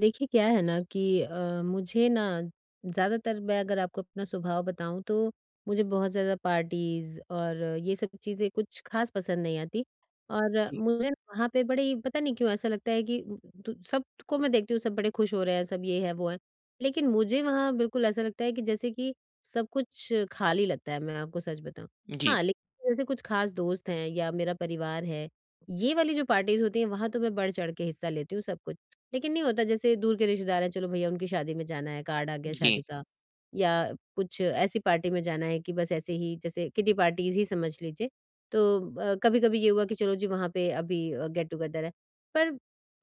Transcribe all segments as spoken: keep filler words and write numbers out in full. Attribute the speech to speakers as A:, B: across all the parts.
A: देखिए क्या है ना कि अ, मुझे ना ज़्यादातर मैं अगर आपको अपना स्वभाव बताऊं तो मुझे बहुत ज़्यादा पार्टीज और ये सब चीज़ें कुछ खास पसंद नहीं आती। और
B: जी,
A: मुझे ना वहाँ पे बड़े ही- पता नहीं क्यों ऐसा लगता है कि तो सबको मैं देखती हूँ, सब बड़े खुश हो रहे हैं, सब ये है वो है, लेकिन मुझे वहाँ बिल्कुल ऐसा लगता है कि जैसे कि सब कुछ खाली लगता है, मैं आपको सच बताऊँ।
B: जी,
A: हाँ लेकिन जैसे कुछ खास दोस्त हैं या मेरा परिवार है, ये वाली जो पार्टीज होती हैं वहां तो मैं बढ़ चढ़ के हिस्सा लेती हूँ सब कुछ। लेकिन नहीं होता, जैसे दूर के रिश्तेदार हैं, चलो भैया उनकी शादी में जाना है, कार्ड आ गया
B: जी,
A: शादी का, या कुछ ऐसी पार्टी में जाना है कि बस ऐसे ही, जैसे किटी पार्टीज़ ही समझ लीजिए। तो अ, कभी-कभी ये हुआ कि चलो जी वहाँ पे अभी अ, गेट टुगेदर है। पर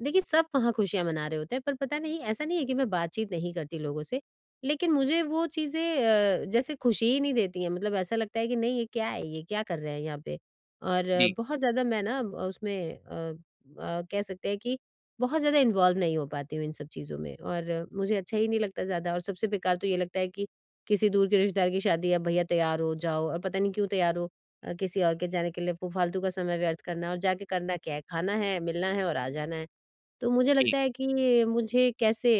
A: देखिए सब वहाँ खुशियाँ मना रहे होते हैं, पर पता नहीं, ऐसा नहीं है कि मैं बातचीत नहीं करती लोगों से, लेकिन मुझे वो चीज़ें अ, जैसे खुशी ही नहीं देती हैं। मतलब ऐसा लगता है कि नहीं ये क्या है ये, क्या कर रहे हैं यहाँ पे? और अ,
B: जी,
A: बहुत ज़्यादा मैं ना अ, उसमें अ अ, कह सकते हैं कि बहुत ज़्यादा इन्वॉल्व नहीं हो पाती हूँ इन सब चीज़ों में और मुझे अच्छा ही नहीं लगता ज़्यादा। और सबसे बेकार तो ये लगता है कि किसी दूर के रिश्तेदार की शादी है, भैया तैयार हो जाओ, और पता नहीं क्यों तैयार हो अ, किसी और के जाने के लिए वो फालतू का समय व्यर्थ करना, और जाके करना क्या है? खाना है, मिलना है और आ जाना है। तो मुझे
B: जी,
A: लगता है कि मुझे कैसे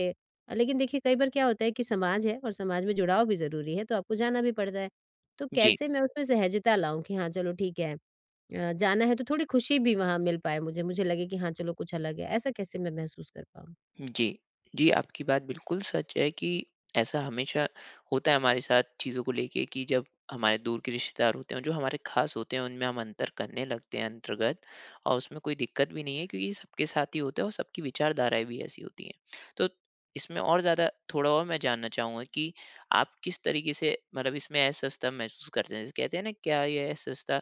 A: अ, लेकिन देखिए कई बार क्या होता है कि समाज है और समाज में जुड़ाव भी ज़रूरी है, तो आपको जाना भी पड़ता है। तो
B: जी,
A: कैसे मैं उसमें सहजता लाऊँ कि हाँ, चलो ठीक है। अ, जाना है तो थोड़ी खुशी भी वहाँ मिल पाए मुझे, मुझे लगे कि हाँ, चलो कुछ अलग है। ऐसा कैसे मैं महसूस कर पाऊँ?
B: जी। जी, आपकी बात बिल्कुल सच है कि ऐसा हमेशा होता है हमारे साथ चीज़ों को लेके कि जब हमारे दूर के रिश्तेदार होते हैं, जो हमारे ख़ास होते हैं, उनमें हम अंतर करने लगते हैं अंतर्गत और उसमें कोई दिक्कत भी नहीं है क्योंकि ये सबके साथ ही होता है और सबकी विचारधाराएँ भी ऐसी होती हैं। तो इसमें और ज़्यादा थोड़ा और मैं जानना चाहूँगा कि आप किस तरीके से मतलब इसमें असहजता महसूस करते हैं? जैसे कहते हैं ना, क्या ये असहजता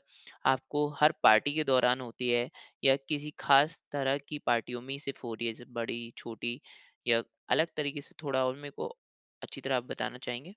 B: आपको हर पार्टी के दौरान होती है या किसी खास तरह की पार्टियों में ही सिर्फ हो रही है, जैसे बड़ी, छोटी या अलग तरीके से थोड़ा और मेरे को अच्छी तरह आप बताना चाहेंगे?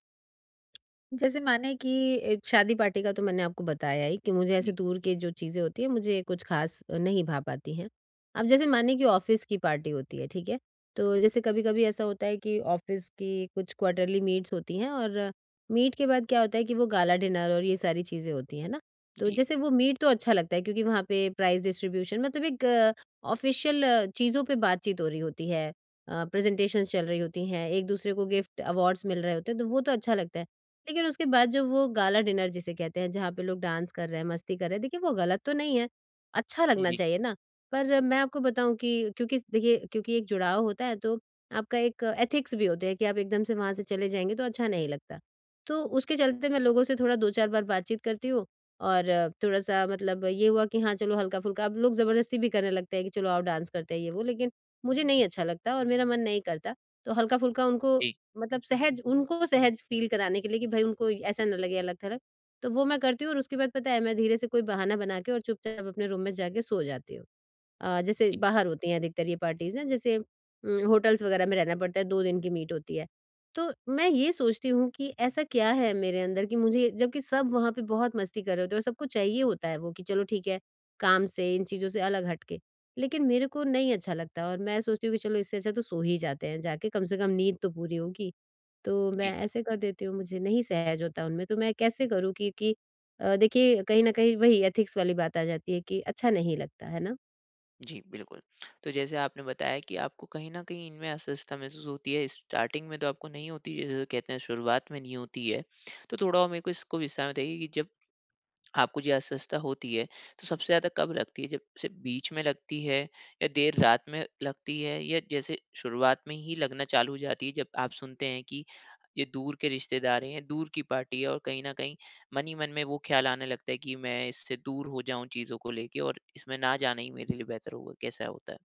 A: जैसे माने कि ए, शादी पार्टी का तो मैंने आपको बताया ही कि मुझे ऐसे
B: जी,
A: दूर के जो चीज़ें होती है मुझे कुछ खास नहीं भा पाती हैं। अब जैसे माने कि ऑफ़िस की पार्टी होती है, ठीक है? तो जैसे कभी-कभी ऐसा होता है कि ऑफ़िस की कुछ क्वार्टरली मीट्स होती हैं, और मीट के बाद क्या होता है कि वो गाला डिनर और ये सारी चीज़ें होती हैं ना। तो
B: जी,
A: जैसे वो मीट तो अच्छा लगता है क्योंकि वहाँ पे प्राइज़ डिस्ट्रीब्यूशन, मतलब एक ऑफ़िशियल चीज़ों पे बातचीत हो रही होती है। अ, प्रेज़ेंटेशंस चल रही होती हैं, एक-दूसरे को गिफ्ट, अवार्ड्स मिल रहे होते हैं, तो वो तो अच्छा लगता है। लेकिन उसके बाद जो वो गाला डिनर जिसे कहते हैं, जहाँ पे लोग डांस कर रहे हैं, मस्ती कर रहे हैं, देखिए वो गलत तो नहीं है, अच्छा लगना
B: जी,
A: चाहिए ना। पर मैं आपको बताऊँ कि क्योंकि देखिए, क्योंकि एक जुड़ाव होता है तो आपका एक एथिक्स भी होते हैं कि आप एकदम से वहाँ से चले जाएँगे तो अच्छा नहीं लगता। तो उसके चलते मैं लोगों से थोड़ा दो चार बार बातचीत करती हूँ, और थोड़ा-सा मतलब ये हुआ कि हाँ, चलो हल्का-फुल्का, अब लोग ज़बरदस्ती भी करने लगते हैं कि चलो आओ डांस करते हैं ये वो, लेकिन मुझे नहीं अच्छा लगता और मेरा मन नहीं करता। तो हल्का-फुल्का उनको
B: जी,
A: मतलब सहज, उनको सहज फ़ील कराने के लिए, कि भाई उनको ऐसा ना लगे अलग-थलग, तो वो मैं करती हूँ, और उसके बाद पता है मैं धीरे से कोई बहाना बना के और चुपचाप अपने रूम में जाके सो जाती हूँ। अ, जैसे
B: जी,
A: बाहर होती हैं अधिकतर ये पार्टीज़ ना, जैसे उम, होटल्स वगैरह में रहना पड़ता है, दो दिन की मीट होती है। तो मैं ये सोचती हूँ कि ऐसा क्या है मेरे अंदर कि मुझे, जबकि सब वहाँ पे बहुत मस्ती कर रहे होते हैं और सबको चाहिए होता है वो कि चलो ठीक है, काम से, इन चीज़ों से अलग हट के। लेकिन मेरे को नहीं अच्छा लगता और मैं सोचती हूँ कि चलो इससे अच्छा तो सो ही जाते हैं जाके, कम से कम नींद तो पूरी होगी। तो मैं
B: जी,
A: ऐसे कर देती हूँ, मुझे नहीं सहज होता उनमें, तो मैं कैसे करूँ? क्योंकि अ, देखिए कहीं न कहीं वही एथिक्स वाली बात आ जाती है कि अच्छा नहीं लगता, है ना?
B: जी, बिल्कुल। तो जैसे आपने बताया कि आपको कहीं न कहीं इनमें असहजता महसूस होती है, स्टार्टिंग में तो आपको नहीं होती, जैसे कहते हैं शुरुआत में नहीं होती है। तो थोड़ा और मेरे को इसको विस्तार में बताइए कि जब आपको जो अस्वस्थता होती है तो सबसे ज़्यादा कब लगती है, जब सिर्फ बीच में लगती है या देर रात में लगती है या जैसे शुरुआत में ही लगना चालू हो जाती है, जब आप सुनते हैं कि ये दूर के रिश्तेदार हैं, दूर की पार्टी है और कहीं ना कहीं मन ही मन में वो ख्याल आने लगता है कि मैं इससे दूर हो जाऊं चीज़ों को लेके और इसमें ना जाना ही मेरे लिए बेहतर होगा, कैसा होता है?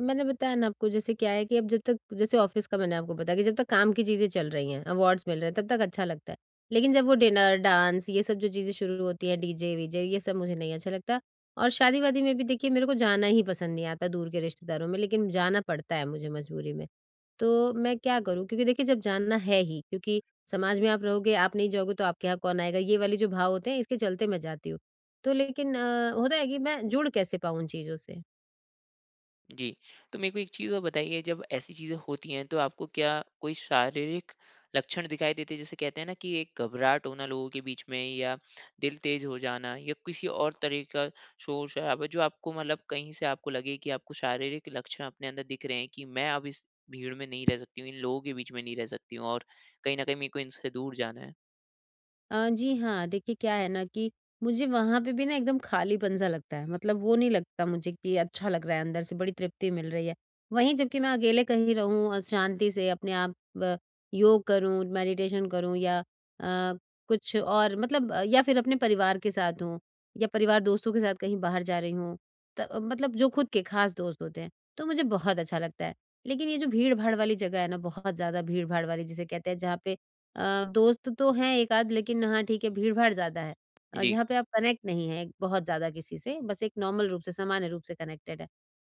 A: मैंने बताया ना आपको जैसे क्या है कि अब जब तक, जैसे ऑफिस का मैंने आपको बताया कि जब तक काम की चीज़ें चल रही हैं, अवार्ड्स मिल रहे हैं, तब तक अच्छा लगता है। लेकिन जब वो डिनर, डांस, ये सब जो चीज़ें शुरू होती हैं, डीजे-वीजे, ये सब मुझे नहीं अच्छा लगता। और शादी-वादी में भी देखिए मेरे को जाना ही पसंद नहीं आता दूर के रिश्तेदारों में, लेकिन जाना पड़ता है मुझे मजबूरी में। तो मैं क्या करूँ? क्योंकि देखिए जब जाना है ही, क्योंकि समाज में आप रहोगे, आप नहीं जाओगे तो आपके यहाँ कौन आएगा? ये वाले जो भाव होते हैं इसके चलते मैं जाती हूँ। तो लेकिन अ, होता है कि मैं जुड़ कैसे पाऊँ उन चीज़ों से?
B: जी। तो मेरे को एक चीज़ और बताइए, जब ऐसी चीज़ें होती हैं तो आपको क्या कोई शारीरिक लक्षण दिखाई देते हैं? जैसे कहते हैं ना कि एक घबराहट होना लोगों के बीच में या दिल तेज़ हो जाना या किसी और तरह का शोर-शराबा जो आपको, मतलब कहीं से आपको लगे कि आपको शारीरिक लक्षण अपने अंदर दिख रहे हैं कि मैं अब इस भीड़ में नहीं रह सकती हूँ, इन लोगों के बीच में नहीं रह सकती हूँ और कहीं न कहीं मेरे को इनसे दूर जाना है?
A: अ, जी हाँ, देखिए क्या है ना कि मुझे वहाँ पे भी ना एकदम खालीपन-सा लगता है, मतलब वो नहीं लगता मुझे कि अच्छा लग रहा है अंदर से, बड़ी तृप्ति मिल रही है। वहीं जबकि मैं अकेले कहीं रहूँ, अ, शांति से अपने आप अ, योग करूँ, मेडिटेशन करूँ, या अ, कुछ और, मतलब अ, या फिर अपने परिवार के साथ हूँ, या परिवार दोस्तों के साथ कहीं बाहर जा रही हूँ, त मतलब जो खुद के खास दोस्त होते हैं, तो मुझे बहुत अच्छा लगता है। लेकिन ये जो भीड़-भाड़ वाली जगह है ना, बहुत ज़्यादा भीड़-भाड़ वाली जिसे कहते हैं, जहाँ पे अ, दोस्त तो हैं एक आध, लेकिन हाँ ठीक है, भीड़-भाड़ ज़्यादा है। अ,
B: जी।
A: जहाँ पे आप कनेक्ट नहीं हैं बहुत ज़्यादा किसी से, बस एक नॉर्मल रूप से, सामान्य रूप से कनेक्टेड है।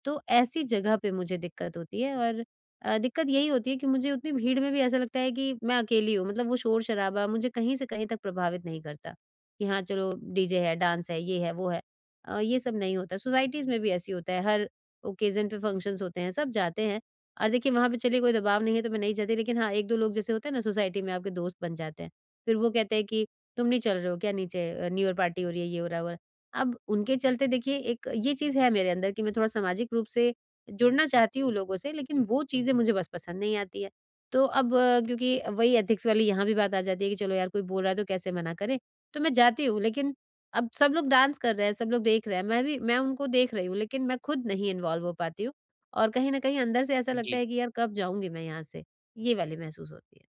A: तो ऐसी जगह पे मुझे दिक्कत होती है, और अ, दिक्कत यही होती है कि मुझे उतनी भीड़ में भी ऐसा लगता है कि मैं अकेली हूँ, मतलब वो शोर-शराबा मुझे कहीं से कहीं तक प्रभावित नहीं करता, कि हाँ चलो डीजे है, डांस है, ये है, वो है। अ, ये सब नहीं होता, सोसाइटीज़ में भी ऐसे ही होता है, हर ओकेज़न पे फंक्शंस होते हैं, सब जाते हैं, और देखिए वहाँ पे चलिए कोई दबाव नहीं है तो मैं नहीं जाती, लेकिन हाँ एक दो लोग जैसे होते हैं ना सोसाइटी में, आपके दोस्त बन जाते हैं। फिर वो कहते हैं कि तुम नहीं चल रहे हो क्या नीचे, अ, न्यू ईयर पार्टी हो रही है, ये हो रहा है, वो हो रहा है। अब उनके चलते देखिए एक ये चीज़ है मेरे अंदर कि मैं थोड़ा सामाजिक रूप से जुड़ना चाहती हूँ लोगों से, लेकिन वो चीज़ें मुझे बस पसंद नहीं आती है। तो अब अ, क्योंकि वही एथिक्स वाली यहाँ भी बात आ जाती है कि चलो यार कोई बोल रहा है तो कैसे मना करें? तो मैं जाती हूँ, लेकिन अब सब लोग डांस कर रहे हैं, सब लोग देख रहे हैं, मैं भी मैं उनको देख रही हूँ, लेकिन मैं खुद नहीं इन्वॉल्व हो पाती हूँ। और कहीं न कहीं अंदर से ऐसा लगता
B: जी।
A: है कि यार कब जाऊँगी मैं यहाँ से? ये वाली महसूस होती है।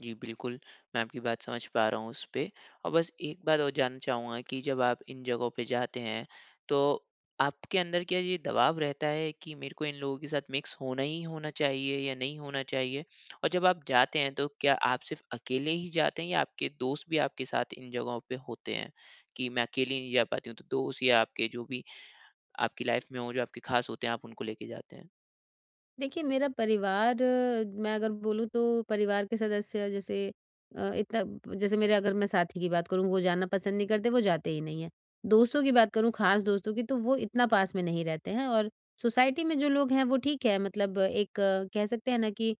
B: जी, बिल्कुल, मैं आपकी बात समझ पा रहा हूँ उस पे। और बस एक बात और जानना चाहूँगा कि जब आप इन जगहों पे जाते हैं, तो आपके अंदर क्या ये दबाव रहता है कि मेरे को इन लोगों के साथ मिक्स होना ही होना चाहिए या नहीं होना चाहिए? और जब आप जाते हैं, तो क्या आप सिर्फ़ अकेले ही जाते हैं या आपके दोस्त भी आपके साथ इन जगहों पे होते हैं? कि मैं अकेले नहीं जा पाती हूँ, तो दोस्त या आपके जो भी आपकी लाइफ़ में हो, जो आपके ख़ास होते हैं, आप उनको लेके जाते हैं?
A: देखिए, मेरा परिवार, अ, मैं अगर बोलूँ तो परिवार के सदस्य जैसे अ, इतना, जैसे मेरे अगर मैं साथी की बात करूँ, वो जाना पसंद नहीं करते, वो जाते ही नहीं हैं। दोस्तों की बात करूँ, ख़ास दोस्तों की, तो वो इतना पास में नहीं रहते हैं। और सोसाइटी में जो लोग हैं, वो ठीक है, मतलब एक अ, कह सकते हैं ना कि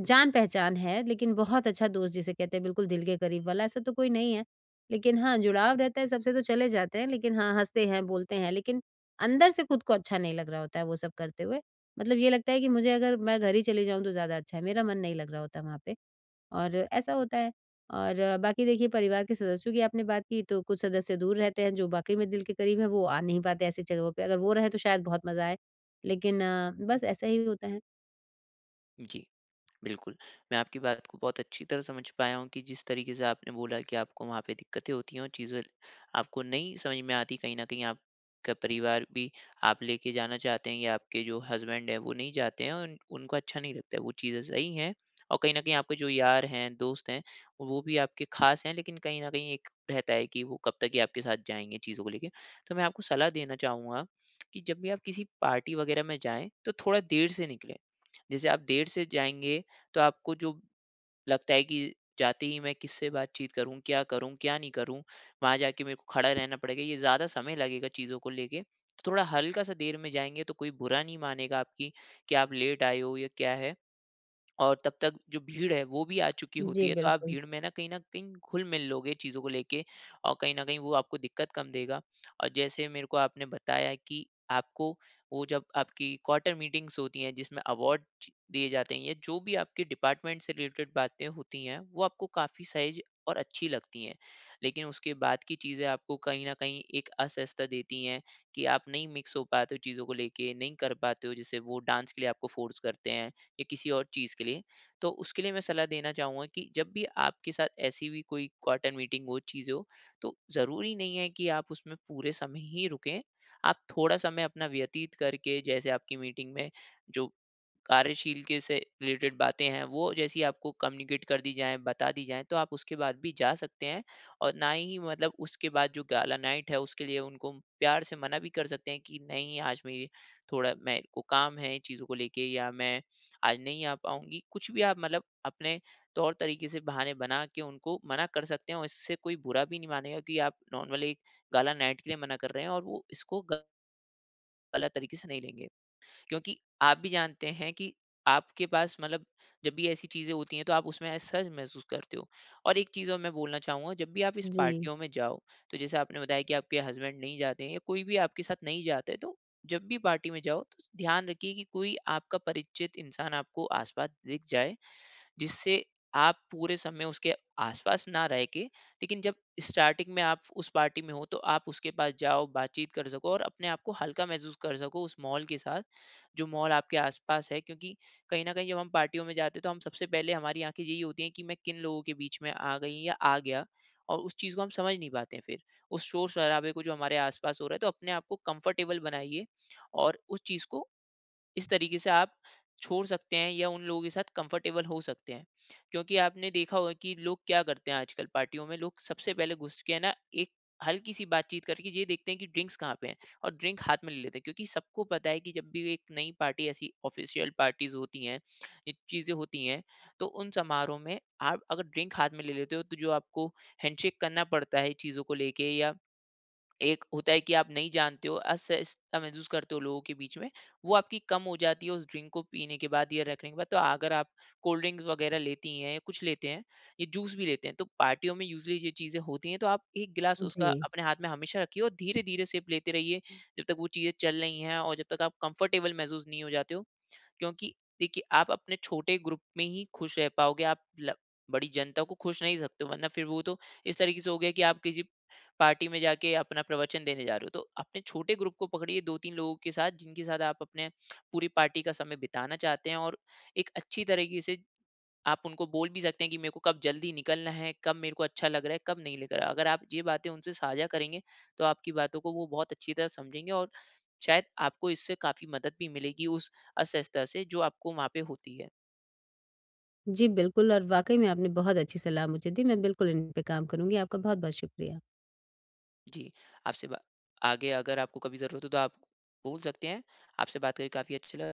A: जान-पहचान है, लेकिन बहुत अच्छा दोस्त जिसे कहते हैं, बिल्कुल दिल के करीब वाला, ऐसा तो कोई नहीं है। लेकिन हाँ, जुड़ाव रहता है, सबसे तो चले जाते हैं, लेकिन हाँ, हँसते हैं, बोलते हैं, लेकिन अंदर से खुद को अच्छा नहीं लग रहा होता है वो सब करते हुए। मतलब ये लगता है कि मुझे अगर मैं घर ही चली जाऊँ तो ज़्यादा अच्छा है, मेरा मन नहीं लग रहा होता वहाँ पे, और ऐसा होता है। और अ, बाकी देखिए, परिवार के सदस्यों की आपने बात की, तो कुछ सदस्य दूर रहते हैं जो वाक़ई में दिल के करीब हैं, वो आ नहीं पाते ऐसी जगहों पे, अगर वो रहे तो शायद बहुत मज़ा आए, लेकिन अ, बस ऐसा ही होता है।
B: जी। बिल्कुल, मैं आपकी बात को बहुत अच्छी तरह समझ पाया हूँ कि जिस तरीके से आपने बोला कि आपको वहाँ पे दिक्कतें होती हैं और चीज़ें आपको नहीं समझ में आती, कहीं न कहीं आपका परिवार भी आप लेके जाना चाहते हैं या आपके जो हस्बैंड हैं, वो नहीं चाहते हैं और उनको अच्छा नहीं लगता है, वो चीज़ें सही हैं और कहीं न कहीं आपके जो यार हैं, दोस्त हैं, वो भी आपके ख़ास हैं, लेकिन कहीं न कहीं एक रहता है कि वो कब तक ये आपके साथ जाएँगे चीज़ों को लेके। तो मैं आपको सलाह देना चाहूँगा कि जब भी आप किसी पार्टी वग़ैरह में जाएँ, तो थोड़ा देर से निकलें। जैसे आप देर से जाएँगे, तो आपको जो लगता है कि जाते ही मैं किससे बातचीत करूँ, क्या करूँ, क्या नहीं करूँ, वहाँ जाके मेरे को खड़ा रहना पड़ेगा, ये ज़्यादा समय लगेगा चीज़ों को लेके। तो थोड़ा हल्का-सा देर में जाएँगे तो कोई बुरा नहीं मानेगा आपकी कि आप लेट आए हो या क्या है। और तब तक जो भीड़ है वो भी आ चुकी होती
A: जी,
B: है, तो आप
A: बिल्कुल।
B: भीड़ में ना, कहीं ना कहीं घुल मिल लोगे चीज़ों को लेके और कहीं ना कहीं वो आपको दिक्कत कम देगा। और जैसे मेरे को आपने बताया कि आपको वो जब आपकी क्वार्टर मीटिंग्स होती हैं जिसमें अवार्ड दिए जाते हैं या जो भी आपके डिपार्टमेंट से रिलेटेड बातें होती हैं वो आपको काफ़ी सहज और अच्छी लगती हैं, लेकिन उसके बाद की चीज़ें आपको कहीं ना कहीं एक असहजता देती हैं कि आप नहीं मिक्स हो पाते हो चीज़ों को लेके, नहीं कर पाते हो जैसे वो डांस के लिए आपको फोर्स करते हैं या किसी और चीज़ के लिए। तो उसके लिए मैं सलाह देना चाहूँगा कि जब भी आपके साथ ऐसी भी कोई क्वार्टर मीटिंग हो, चीज़ें हो, तो ज़रूरी नहीं है कि आप उसमें पूरे समय ही रुकें। आप थोड़ा समय अपना व्यतीत करके जैसे आपकी मीटिंग में जो कार्यशील के से रिलेटेड बातें हैं, वो जैसी आपको कम्युनिकेट कर दी जाएँ, बता दी जाएँ, तो आप उसके बाद भी जा सकते हैं। और ना ही, मतलब उसके बाद जो गाला नाइट है, उसके लिए उनको प्यार से मना भी कर सकते हैं कि नहीं, आज मेरी, थोड़ा मेरे को काम है चीज़ों को लेके या मैं आज नहीं आ पाऊँगी, कुछ भी आप मतलब अपने तौर तरीके से बहाने बना के उनको मना कर सकते हैं और इससे कोई बुरा भी नहीं मानेगा कि आप नॉर्मली एक गाला नाइट के लिए मना कर रहे हैं और वो इसको गलत तरीके से नहीं लेंगे। क्योंकि आप भी जानते हैं कि आपके पास, मतलब जब भी ऐसी चीज़ें होती हैं तो आप उसमें असहज महसूस करते हो। और एक चीज़ और मैं बोलना चाहूँगा, जब भी आप इस
A: जी,
B: पार्टियों में जाओ, तो जैसे आपने बताया कि आपके हस्बैंड नहीं जाते हैं या कोई भी आपके साथ नहीं जाता है, तो जब भी पार्टी में जाओ तो ध्यान रखिए कि कोई आपका परिचित इंसान आपको आस-पास दिख जाए, जिससे आप पूरे समय उसके आसपास ना रह के, लेकिन जब स्टार्टिंग में आप उस पार्टी में हो तो आप उसके पास जाओ, बातचीत कर सको और अपने आप को हल्का महसूस कर सको उस मॉल के साथ, जो मॉल आपके आसपास है। क्योंकि कहीं ना कहीं जब हम पार्टियों में जाते हैं तो हम सबसे पहले हमारी आंखें यही होती हैं कि मैं किन लोगों के बीच में आ गई या आ गया और उस चीज़ को हम समझ नहीं पाते हैं, फिर उस शोर शराबे को जो हमारे आसपास हो रहा है, तो अपने आप को कंफर्टेबल बनाइए और उस चीज़ को इस तरीके से आप छोड़ सकते हैं या उन लोगों के साथ कंफर्टेबल हो सकते हैं। क्योंकि आपने देखा होगा कि लोग क्या करते हैं आजकल पार्टियों में, लोग सबसे पहले घुस के, है ना, एक हल्की-सी बातचीत करके ये देखते हैं कि ड्रिंक्स कहाँ पे हैं और ड्रिंक हाथ में ले लेते हैं। क्योंकि सबको पता है कि जब भी एक नई पार्टी, ऐसी ऑफ़िशियल पार्टीज़ होती हैं, ये चीज़ें होती हैं, तो उन समारोह में आप अगर ड्रिंक हाथ में ले लेते हो तो जो आपको हैंडशेक करना पड़ता है चीज़ों को लेके, या एक होता है कि आप नहीं जानते हो, असहजता महसूस करते हो लोगों के बीच में, वो आपकी कम हो जाती है उस ड्रिंक को पीने के बाद या रखने के बाद। तो अगर आप कोल्ड ड्रिंक्स वगैरह लेती हैं, या कुछ लेते हैं, ये जूस भी लेते हैं, तो पार्टियों में यूज़ुअली ये चीज़ें होती हैं, तो आप एक गिलास उसका
A: जी।
B: अपने हाथ में हमेशा रखिए और धीरे-धीरे सिप लेते रहिए, जब तक वो चीज़ें चल रही हैं और जब तक आप कंफर्टेबल महसूस नहीं हो जाते हो। क्योंकि देखिए आप अपने छोटे ग्रुप में ही खुश रह पाओगे, आप ल- बड़ी जनता को खुश नहीं सकते हो, वरना फिर वो तो इस तरीके से हो गया कि आप किसी पार्टी में जाके अपना प्रवचन देने जा रहे हो। तो अपने छोटे ग्रुप को पकड़िए, दो तीन लोगों के साथ जिनके साथ आप अपने पूरी पार्टी का समय बिताना चाहते हैं और एक अच्छी तरीके से आप उनको बोल भी सकते हैं कि मेरे को कब जल्दी निकलना है, कब मेरे को अच्छा लग रहा है, कब नहीं लग रहा है। अगर आप ये बातें उनसे साझा करेंगे तो आपकी बातों को वो बहुत अच्छी तरह समझेंगे और शायद आपको इससे काफी मदद भी मिलेगी उस असहजता से जो आपको वहाँ पे होती है।
A: जी, बिल्कुल, और वाक़ई में आपने बहुत अच्छी सलाह मुझे दी, मैं बिल्कुल इन पे काम करूँगी, आपका बहुत-बहुत शुक्रिया।
B: जी, आपसे बा आगे अगर आपको कभी ज़रूरत हो तो आप बोल सकते हैं। आपसे बात करके काफ़ी अच्छा लगा।